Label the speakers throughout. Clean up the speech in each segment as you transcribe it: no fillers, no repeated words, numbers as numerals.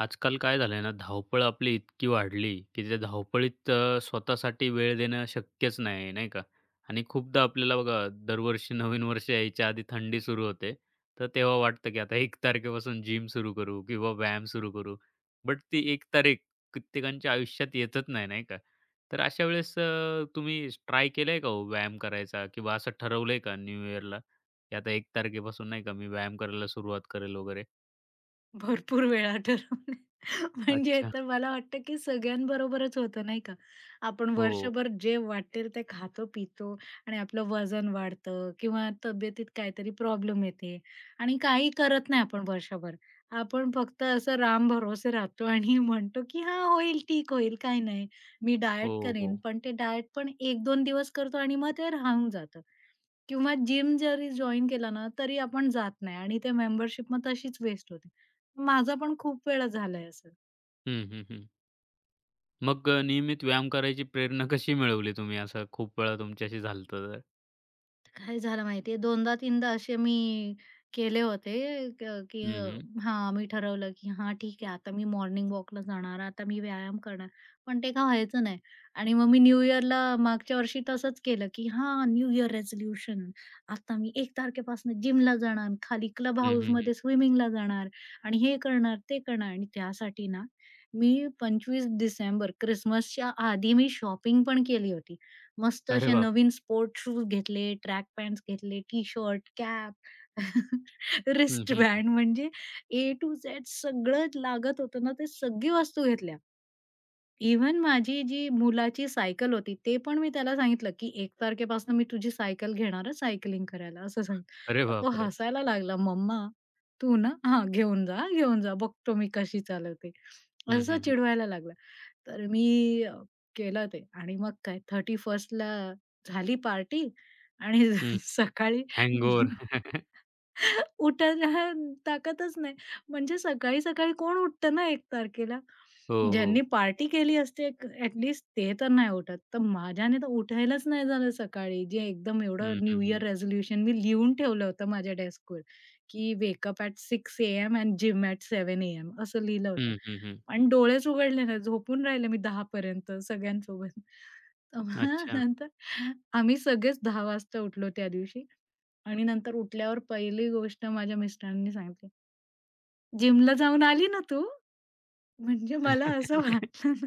Speaker 1: आजकाल काय झालंय ना, धावपळ आपली इतकी वाढली, की त्या धावपळीत स्वतःसाठी वेळ देणं शक्यच नाही, नाही का? आणि खूपदा आपल्याला बघा दरवर्षी नवीन वर्ष यायच्या आधी थंडी सुरू होते. तर तेव्हा वाटतं, की आता 1 तारखेपासून जिम सुरू करू किंवा व्यायाम सुरू करू. बट ती 1 तारीख कित्येकांच्या आयुष्यात येतच नाही, नाही का? तर अशा वेळेस तुम्ही ट्राय केलंय का हो व्यायाम करायचा किंवा असं ठरवलंय का न्यू इयरला, की आता 1 तारखेपासून नाही का मी व्यायाम करायला सुरुवात करेल वगैरे?
Speaker 2: भरपूर वेळा ठरवलं. म्हणजे
Speaker 1: अच्छा.
Speaker 2: तर मला वाटतं, की सगळ्यांबरोबरच होतं नाही का? आपण
Speaker 1: हो.
Speaker 2: वर्षभर जे वाटेल ते खातो-पितो आणि आपलं वजन वाढतं किंवा तब्येतीत काहीतरी प्रॉब्लेम येते आणि काही करत नाही आपण वर्षभर. आपण फक्त असं रामभरोसे राहतो आणि म्हणतो, की "हां, होईल, ठीक होईल, काही नाही. मी डाएट
Speaker 1: हो,
Speaker 2: करेन."
Speaker 1: हो.
Speaker 2: पण ते डाएट पण 1-2 दिवस करतो आणि मग ते राहून जातं. किंवा जिम जरी जॉइन केला ना, तरी आपण जात नाही आणि ते मेंबरशिप मग तशीच वेस्ट होते. माझं पण खूप वेळा झालंय असं.
Speaker 1: हं, हं, हं. मग नियमित व्यायाम करायची प्रेरणा कशी मिळवली तुम्ही? असं खूप वेळा तुमच्याशी झालं होतं तर?
Speaker 2: काय झालं माहितीये, 2दा-3दा असे मी केले होते, की
Speaker 1: हं, हं.
Speaker 2: मी ठरवलं की हां, ठीक आहे, आता मी मॉर्निंग वॉकला जाणार, आता मी व्यायाम करणार. पण ते काय व्हायचं नाही. आणि मग मी न्यू इयरला मागच्या वर्षी तसंच केलं, की हां, न्यू इयर रेझोल्यूशन. आता मी 1 तारखेपासून जिमला जाणार, खाली क्लब
Speaker 1: हं, हं, हं.
Speaker 2: हाऊसमध्ये स्विमिंगला जाणार आणि हे करणार, ते करणार. आणि त्यासाठी ना, मी 25 डिसेंबर, क्रिसमसच्या आधी मी शॉपिंग पण केली होती. मस्त
Speaker 1: अरे
Speaker 2: असे
Speaker 1: बाप!
Speaker 2: नवीन स्पोर्ट शूज घेतले, ट्रॅक पॅन्ट्स घेतले, टी-शर्ट, कॅप,
Speaker 1: हं, हं, हं.
Speaker 2: रिस्टबँड म्हणजे ए टू झेड सगळंच लागत होतं ना, ते सगळी वस्तू घेतल्या. इव्हन माझी जी मुलाची सायकल होती, ते पण मी त्याला सांगितलं, की 1 तारखेपासून मी तुझी सायकल घेणार आहे सायकलिंग करायला असं
Speaker 1: अरे
Speaker 2: सांगितलं. तर तो
Speaker 1: बापरे!
Speaker 2: हसायला लागला, "मम्मा तू ना हां, घेऊन जा, घेऊन जा. बघतो मी कशी चालवते."
Speaker 1: हं,
Speaker 2: असं
Speaker 1: हं, हं.
Speaker 2: चिडवायला लागला. तर मी अ, केलं ते आणि मग काय 31 ला झाली पार्टी आणि
Speaker 1: हं.
Speaker 2: सकाळी
Speaker 1: हँगओव्हर.
Speaker 2: उठायला ताकदच नाही. म्हणजे सकाळी-सकाळी कोण उठतं ना 1 तारखेला?
Speaker 1: हो,
Speaker 2: ज्यांनी
Speaker 1: हो.
Speaker 2: पार्टी केली असते एक ॲटलीस्ट ते तर नाही उठत. तर माझ्याने तर उठायलाच नाही झालं सकाळी. जे एकदम एवढं
Speaker 1: हं, हं,
Speaker 2: न्यू
Speaker 1: हं.
Speaker 2: इयर रेझोल्यूशन मी लिहून ठेवलं होतं माझ्या डेस्कवर, की wake up at AM and gym at 7 AM असं लिहिलं होतं.
Speaker 1: हं, हं, हं.
Speaker 2: पण डोळेच उघडले नाही. झोपून राहिले मी 10 पर्यंत सगळ्यांसोबत. तर मग
Speaker 1: अच्छा.
Speaker 2: नंतर आम्ही सगळेच 10 वाजता उठलो त्या दिवशी. आणि नंतर उठल्यावर पहिली गोष्ट माझ्या मिस्टरांनी सांगितली, "जिमला जाऊन आली ना तू?" म्हणजे मला असं वाटलं ना,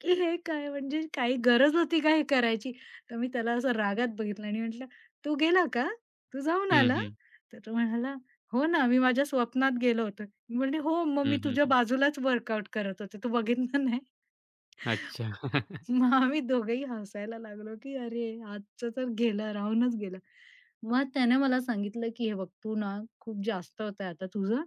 Speaker 2: की हे काय म्हणजे काही गरज होती का हे करायची? तर मी त्याला असं रागात बघितलं आणि म्हटलं, "तू गेला का? तू जाऊन
Speaker 1: हं,
Speaker 2: आला?"
Speaker 1: हं.
Speaker 2: तर तो म्हणाला, "हो ना, मी माझ्या स्वप्नात गेलो होतो." मी म्हटली, "हो, मग
Speaker 1: हं,
Speaker 2: मी
Speaker 1: हं,
Speaker 2: तुझ्या
Speaker 1: हं.
Speaker 2: बाजूलाच वर्कआउट करत होते. तू बघितलं नाही?"
Speaker 1: अच्छा.
Speaker 2: मग आम्ही दोघंही हसायला लागलो, की अरे आजचं तर गेलं, राहूनच गेलं. मग त्याने मला सांगितलं, की "हे बघ, तू ना खूप जास्त होतंय आता तुझं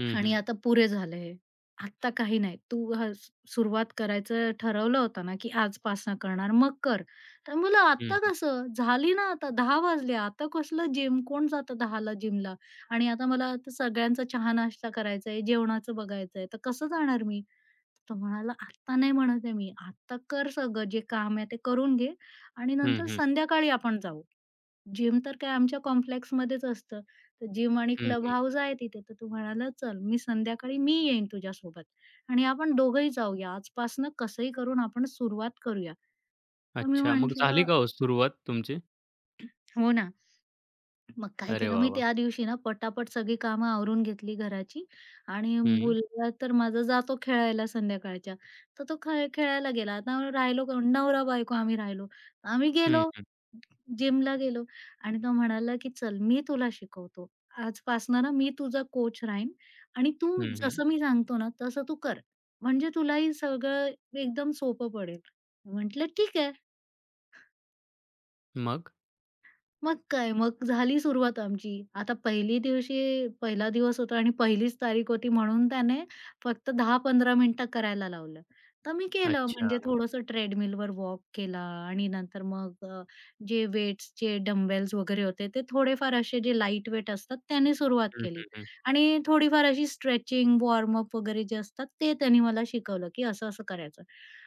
Speaker 1: हं,
Speaker 2: आणि
Speaker 1: हं.
Speaker 2: आता पुरे झालं हे. आत्ता काही नाही. तू सुरुवात करायचं ठरवलं होतं ना, की आजपासनं करणार, मग कर." तर म्हणलं,
Speaker 1: हं,
Speaker 2: "आत्ता
Speaker 1: हं.
Speaker 2: कसं? झाली ना आता 10 वाजले. आता कसलं जिम? कोण जातं 10 जिमला? आणि आता मला आता सगळ्यांचा चहा-नाश्ता करायचा आहे, जेवणाचं बघायचं आहे. तर कसं जाणार मी?" तो म्हणाला, "आत्ता नाही म्हणत आहे मी. आत्ता कर सगळं जे काम आहे ते करून घे आणि
Speaker 1: हं,
Speaker 2: नंतर
Speaker 1: हं.
Speaker 2: संध्याकाळी आपण जाऊ." जिम तर काय आमच्या कॉम्प्लेक्समध्येच असतं. तर जिम आणि क्लब
Speaker 1: हं,
Speaker 2: हाऊस आहे तिथे. तर तो म्हणाला, "चल, मी संध्याकाळी मी येईन तुझ्यासोबत आणि आपण दोघंही जाऊया. आजपासनं कसंही करून आपण सुरुवात करूया." मग मी
Speaker 1: अच्छा. मग झाली
Speaker 2: म्हटलं,
Speaker 1: का हो सुरुवात तुमची?
Speaker 2: "हो ना." मग काय
Speaker 1: अरे
Speaker 2: केलं
Speaker 1: वाह,
Speaker 2: मी
Speaker 1: वाह!
Speaker 2: त्या दिवशी ना पटापट सगळी कामं आवरून घेतली घराची आणि
Speaker 1: हं.
Speaker 2: मुलगा तर माझा जातो खेळायला संध्याकाळच्या. तर तो खेळायला गेला. आता राहिलो कोण? नवरा-बायको आम्ही राहिलो. आम्ही
Speaker 1: हं,
Speaker 2: गेलो,
Speaker 1: हं.
Speaker 2: जिमला गेलो आणि तो म्हणाला, की "चल मी तुला शिकवतो. आजपासनं ना मी तुझा कोच राहीन आणि तू
Speaker 1: हं, हं.
Speaker 2: जसं मी सांगतो ना तसं तू कर. म्हणजे तुलाही सगळं एकदम सोपं पडेल." म्हटलं, "ठीक आहे."
Speaker 1: मग?
Speaker 2: मग काय, मग झाली सुरुवात आमची. आता पहिली दिवशी पहिला दिवस होता आणि पहिलीच तारीख होती म्हणून त्याने फक्त 10-15 मिनिटं करायला लावलं. तर मी केलं म्हणजे
Speaker 1: अच्छा.
Speaker 2: थोडंसं ट्रेडमिलवर वॉक केला आणि नंतर मग जे वेट्सचे डंबेल्स वगैरे होते ते थोडेफार असे जे लाईट वेट असतात त्याने सुरुवात
Speaker 1: हं,
Speaker 2: केली
Speaker 1: हं, हं.
Speaker 2: आणि थोडीफार अशी स्ट्रेचिंग, वॉर्म वगैरे जे असतात ते त्याने मला शिकवलं, की असं-असं करायचं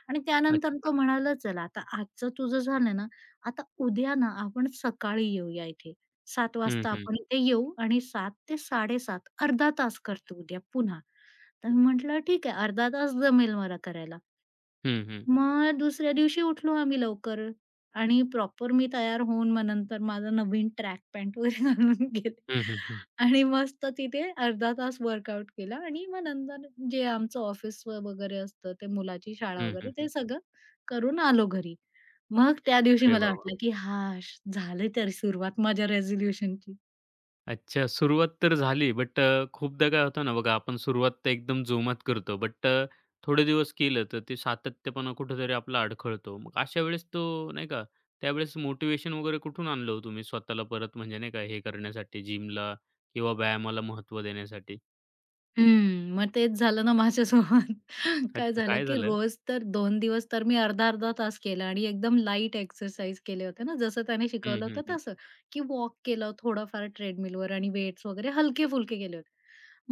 Speaker 2: आणि त्यानंतर
Speaker 1: अच्छा.
Speaker 2: तो म्हणाला, "चला आता आजचं तुझं झालं ना, आता उद्या ना आपण सकाळी येऊया इथे. 7:00
Speaker 1: हं,
Speaker 2: वाजता हं.
Speaker 1: हं.
Speaker 2: आपण इथे येऊ आणि 7 ते 7:30 अर्धा तास करतो उद्या पुन्हा. तर मी म्हटलं ठीक आहे अर्धा तास जमेल मला करायला.
Speaker 1: हं, हं.
Speaker 2: मग दुसऱ्या दिवशी उठलो आम्ही लवकर आणि प्रॉपर मी तयार होऊन मग नंतर माझा नवीन ट्रॅक पॅन्ट वगैरे घालून गेले
Speaker 1: हं, हं, हं.
Speaker 2: आणि मस्त तिथे अर्धा तास वर्कआउट केला आणि मग नंतर जे आमचं ऑफिस वगैरे असतं, ते मुलाची शाळा
Speaker 1: हं,
Speaker 2: वगैरे ते
Speaker 1: हं,
Speaker 2: सगळं करून आलो घरी. मग त्या दिवशी
Speaker 1: अरे
Speaker 2: मला
Speaker 1: वाह, वाह!
Speaker 2: वाटलं की हां, झाली तरी सुरुवात माझ्या रेझोल्यूशनची.
Speaker 1: अच्छा, सुरुवात तर झाली, बट खूपदा काय होतं ना बघा, आपण सुरुवात तर एकदम जोमात करतो, बट थोडे दिवस केलं तर ते सातत्यपणा कुठेतरी आपला अडखळतो. मग अशा वेळेस तो नाही का, त्यावेळेस मोटिवेशन वगैरे कुठून आणलं हो तुम्ही स्वतःला परत म्हणजे नाही का हे करण्यासाठी जिमला किंवा व्यायामाला महत्त्व देण्यासाठी?
Speaker 2: हम्म. मग तेच झालं ना माझ्यासोबत. काय
Speaker 1: अच्छा,
Speaker 2: झालं,
Speaker 1: काय
Speaker 2: की
Speaker 1: झालं?
Speaker 2: रोज तर 2 दिवस तर मी अर्धा-अर्धा तास केला आणि एकदम लाईट एक्सरसाइज केले होते ना, जसं त्याने
Speaker 1: हं,
Speaker 2: शिकवलं
Speaker 1: हं,
Speaker 2: होतं
Speaker 1: हं.
Speaker 2: तसं, की वॉक केलं थोडंफार ट्रेडमिलवर आणि वेट्स वगैरे हलके-फुलके केले होते.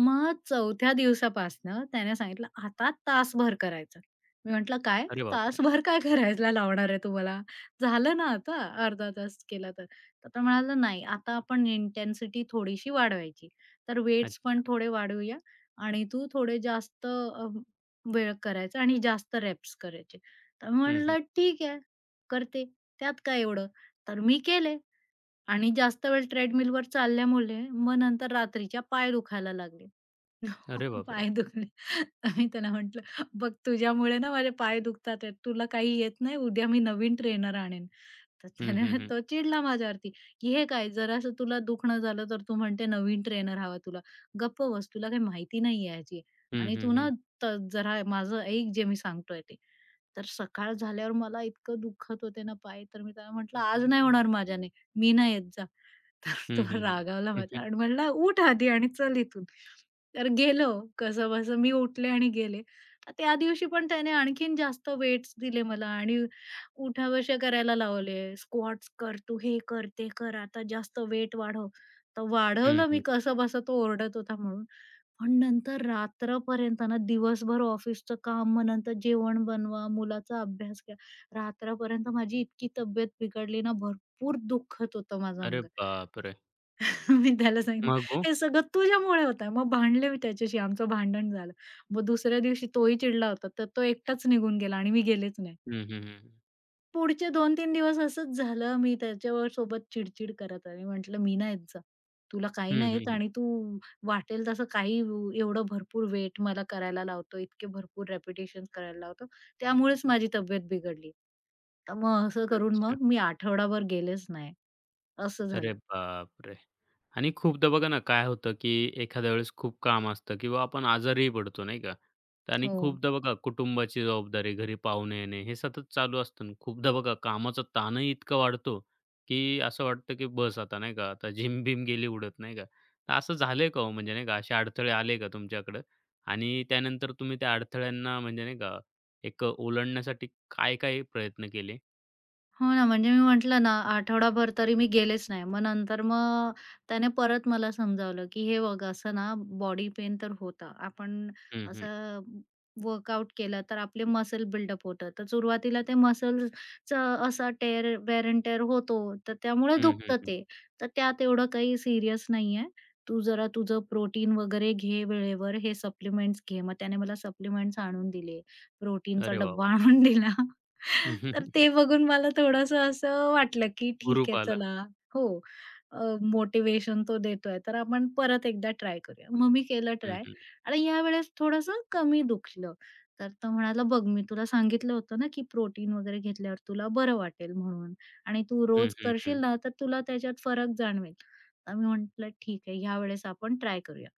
Speaker 2: मग चौथ्या दिवसापासनं त्याने सांगितलं, "आता तासभर करायचं." मी म्हटलं, "काय?
Speaker 1: अरे बापरे!
Speaker 2: तासभर काय करायला लावणार आहे तू झालं ना आता अर्धा तास केला तर." तर तो म्हणाला, "नाही, आता आपण इंटेन्सिटी थोडीशी वाढवायची. तर वेट्स
Speaker 1: अच्छा.
Speaker 2: पण थोडे वाढवूया आणि तू थोडे जास्त वेळ करायचा आणि जास्त रेप्स करायचे. तर
Speaker 1: हं, हं.
Speaker 2: म्हटलं ठीक आहे, करते. त्यात काय एवढं? तर मी केले आणि जास्त वेळ ट्रेडमिलवर चालल्यामुळे मग नंतर रात्रीच्या पाय दुखायला लागले.
Speaker 1: अरे बापरे!
Speaker 2: पाय दुखले. आम्ही त्याला म्हटलं, "बघ तुझ्यामुळे ना माझे पाय दुखतात आहेत. तुला काही येत नाही. उद्या मी नवीन ट्रेनर आणेन." तर
Speaker 1: हं,
Speaker 2: त्याने
Speaker 1: हं, हं.
Speaker 2: तो चिडला माझ्यावरती, की "हे काय जरासं तुला दुखणं झालं तर तू म्हणते नवीन ट्रेनर हवा तुला. गप्प बस. तुला काही माहिती नाहीये ह्याची
Speaker 1: हं,
Speaker 2: आणि
Speaker 1: हं,
Speaker 2: तू ना
Speaker 1: हं.
Speaker 2: त जरा माझं ऐक जे मी सांगतोय ते." तर सकाळ झाल्यावर मला इतकं दुखत होते ना पाय, तर मी त्याला म्हटलं, "आज नाही होणार माझ्याने, मी नाही येत जा." तर तो
Speaker 1: हं, हं, हं.
Speaker 2: रागावला
Speaker 1: हं, हं.
Speaker 2: माझ्यावर आणि म्हणला, "उठ आधी आणि चल इथून." तर गेलो कसंबसं मी उठले आणि गेले. त्या दिवशी पण त्याने आणखीन जास्त वेट्स दिले मला आणि उठाबशा करायला लावले. स्क्वॉट्स कर, तू हे कर, ते कर, आता जास्त वेट वाढव. तर वाढवलं मी
Speaker 1: हं,
Speaker 2: कसंबसं तो ओरडत होता म्हणून. पण नंतर रात्रपर्यंत ना, दिवसभर ऑफिसचं काम, मग नंतर जेवण बनवा, मुलाचा अभ्यास घ्या. रात्रपर्यंत माझी इतकी तब्येत बिघडली ना, भरपूर दुखत होतं माझं
Speaker 1: अरे
Speaker 2: अंग.
Speaker 1: बापरे!
Speaker 2: मी त्याला सांगितलं,
Speaker 1: मग ओ?
Speaker 2: "हे सगळं तुझ्यामुळे होतंय." मग भांडले मी त्याच्याशी, आमचं भांडण झालं. मग दुसऱ्या दिवशी तोही चिडला होता, तर तो एकटाच निघून गेला आणि मी गेलेच नाही.
Speaker 1: हं, हं, हं.
Speaker 2: पुढचे 2-3 दिवस असंच झालं. मी त्याच्यावर सोबत चिडचिड करत आले. म्हटलं, "मी नाही येत जा. तुला काही
Speaker 1: हं,
Speaker 2: नाही येत
Speaker 1: हं.
Speaker 2: आणि तू वाटेल तसं काही एवढं भरपूर वेट मला करायला लावतो. इतके भरपूर रिपिटेशन्स करायला लावतो. त्यामुळेच माझी तब्येत बिघडली." तर मग असं करून
Speaker 1: अच्छा.
Speaker 2: मग मी आठवडाभर गेलेच नाही. असं
Speaker 1: अरे
Speaker 2: झालं.
Speaker 1: बापरे! आणि खूपदा बघा ना, काय होतं, की एखाद्या वेळेस खूप काम असतं किंवा आपण आजारीही पडतो, नाही का? तर आणि
Speaker 2: हो.
Speaker 1: खूपदा बघा कुटुंबाची जबाबदारी, घरी पाहुणे येणे, हे सतत चालू असतं आणि खूपदा बघा कामाचा ताणही इतका वाढतो, की असं वाटतं, की बस आता, नाही का? आता जिम-बिम गेली उडत, नाही का? तर असं झालंय का हो? म्हणजे नाही का, असे अडथळे आले का तुमच्याकडं? आणि त्यानंतर तुम्ही त्या अडथळ्यांना म्हणजे नाही का, एक ओलांडण्यासाठी काय-काय प्रयत्न केले?
Speaker 2: हो ना, म्हणजे मी म्हटलं ना, आठवडाभर तरी मी गेलेच नाही. मग नंतर मग त्याने परत मला समजावलं, की "हे बघ, असं ना बॉडी पेन तर होतं. आपण
Speaker 1: हं, हं.
Speaker 2: असं वर्कआउट केलं तर आपले मसल बिल्डअप होतं. तर सुरुवातीला ते मसल्सचं असा टेअर वेअर एंड टेअर होतो, तर त्यामुळे
Speaker 1: हं, हं,
Speaker 2: दुखतं
Speaker 1: हं.
Speaker 2: ते. तर त्यात एवढं काही सीरियस नाहीये. तू जरा तुझं प्रोटीन वगैरे घे वेळेवर. हे सप्लिमेंट्स घे." मग त्याने मला सप्लिमेंट्स आणून दिले. प्रोटीनचा
Speaker 1: अरे वाह,
Speaker 2: डब्बा
Speaker 1: वाह!
Speaker 2: आणून दिला. तर ते बघून मला थोडंसं असं वाटलं, की ठीक
Speaker 1: हुरूप
Speaker 2: आहे
Speaker 1: आला.
Speaker 2: चला हो. मोटिव्हेशन तो देतोय, तर आपण परत एकदा ट्राय करूया. मग मी केलं
Speaker 1: हं,
Speaker 2: ट्राय
Speaker 1: हं.
Speaker 2: आणि यावेळेस थोडंसं कमी दुखलं. तर तो म्हणाला, "बघ मी तुला सांगितलं होतं ना, की प्रोटीन वगैरे घेतल्यावर तुला बरं वाटेल म्हणून आणि तू
Speaker 1: हं,
Speaker 2: रोज
Speaker 1: हं,
Speaker 2: करशील
Speaker 1: हं.
Speaker 2: ना, तर तुला त्याच्यात फरक जाणवेल." तर मी म्हटलं, "ठीक आहे, यावेळेस आपण ट्राय करूया."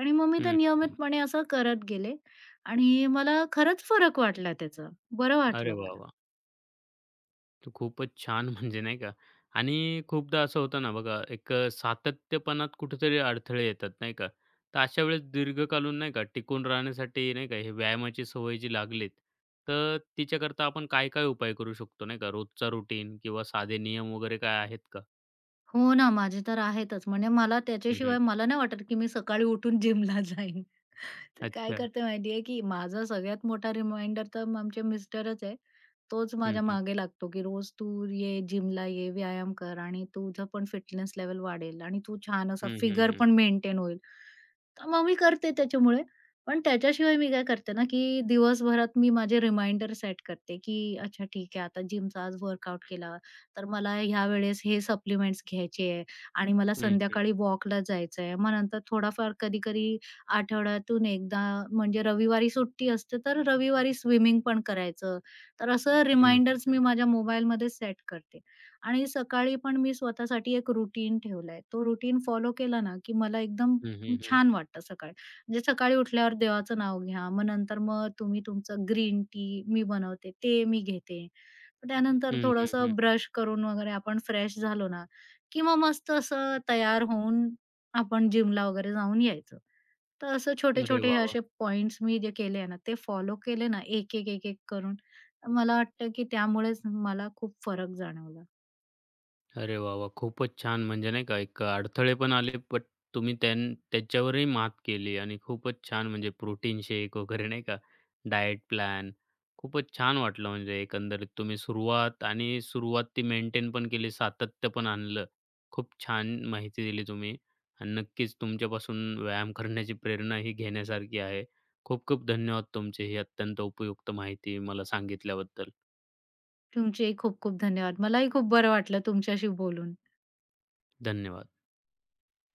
Speaker 2: आणि मग मी ते
Speaker 1: हं, हं.
Speaker 2: नियमितपणे असं करत गेले आणि मला खरंच फरक वाटला त्याचा. बरं
Speaker 1: अरे
Speaker 2: वाटलं
Speaker 1: वाह,
Speaker 2: मला.
Speaker 1: वाह! तर खूपच छान म्हणजे नाही का आणि खूपदा असं होतं ना बघा, एक सातत्यपणात कुठेतरी अडथळे येतात नाही का. तर अशा वेळेस दीर्घकालीन नाही का टिकून राहण्यासाठी नाही का हे व्यायामाची सवय जी लागलीत, तर तिच्याकरता आपण काय-काय उपाय करू शकतो नाही का? रोजचा रुटीन किंवा साधे नियम वगैरे काय आहेत का?
Speaker 2: हो ना, माझे तर आहेतच. म्हणजे मला
Speaker 1: हं, हं.
Speaker 2: त्याच्याशिवाय मला नाही वाटत, की मी सकाळी उठून जिमला जाईन. तर काय
Speaker 1: अच्छा.
Speaker 2: करते माहिती आहे, की माझा सगळ्यात मोठा रिमाइंडर तर आमचे मिस्टरच आहे. तोच
Speaker 1: हं,
Speaker 2: माझ्या
Speaker 1: हं.
Speaker 2: मागे लागतो, की रोज तू ये, जिमला ये, व्यायाम कर आणि तुझं पण फिटनेस लेवल वाढेल आणि तू छान असा
Speaker 1: हं, हं,
Speaker 2: फिगर
Speaker 1: हं.
Speaker 2: पण मेंटेन होईल. तर मग मी करते त्याच्यामुळे. पण त्याच्याशिवाय मी काय करते ना, की दिवसभरात मी माझे रिमाइंडर सेट करते, की अच्छा ठीक आहे आता जिमचा आज वर्कआउट केला, तर मला ह्यावेळेस हे सप्लिमेंट्स घ्यायचे आहे आणि मला
Speaker 1: हं, हं.
Speaker 2: संध्याकाळी वॉकला जायचं आहे. मग नंतर थोडाफार कधी-कधी आठवड्यातून एकदा म्हणजे रविवारी सुट्टी असते, तर रविवारी स्विमिंग पण करायचं. तर असं
Speaker 1: हं, हं,
Speaker 2: रिमाइंडर्स मी
Speaker 1: हं.
Speaker 2: माझ्या मोबाईलमध्ये सेट करते आणि सकाळी पण मी स्वतःसाठी एक रुटीन ठेवलाय. तो रुटीन फॉलो केला ना, की मला एकदम
Speaker 1: हं, हं, हं.
Speaker 2: छान वाटतं सकाळी. म्हणजे सकाळी उठल्यावर देवाचं नाव घ्या, मग नंतर मग तुम्ही तुमचं ग्रीन टी मी बनवते, ते मी घेते. त्यानंतर
Speaker 1: हं, हं, हं.
Speaker 2: थोडंसं ब्रश करून वगैरे आपण फ्रेश झालो ना, की मग मस्त असं तयार होऊन आपण जिमला वगैरे जाऊन यायचं. तर असं
Speaker 1: अरे
Speaker 2: छोटे-छोटे हे
Speaker 1: वाह,
Speaker 2: असे
Speaker 1: वाह!
Speaker 2: पॉइंट्स मी जे केले ना, ते फॉलो केले ना एक-एक, एक-एक करून, मला वाटतं की त्यामुळेच मला खूप फरक जाणवला.
Speaker 1: अरे वाह, वाह! खूपच छान. म्हणजे नाही का एक अडथळे पण आले, बट तुम्ही त्याच्यावरही मात केली आणि खूपच छान, म्हणजे प्रोटीन शेक वगैरे नाही का, डायट प्लॅन. खूपच छान वाटलं, म्हणजे एकंदरीत तुम्ही सुरुवात आणि सुरुवात ती मेंटेन पण केली, सातत्य पण आणलं. खूप छान माहिती दिली तुम्ही आणि नक्कीच तुमच्यापासून व्यायाम करण्याची प्रेरणा ही घेण्यासारखी आहे. खूप खूप धन्यवाद तुमचे ही अत्यंत उपयुक्त माहिती मला सांगितल्याबद्दल.
Speaker 2: तुमचेही खूप खूप धन्यवाद. मलाही खूप बरं वाटलं तुमच्याशी बोलून.
Speaker 1: धन्यवाद.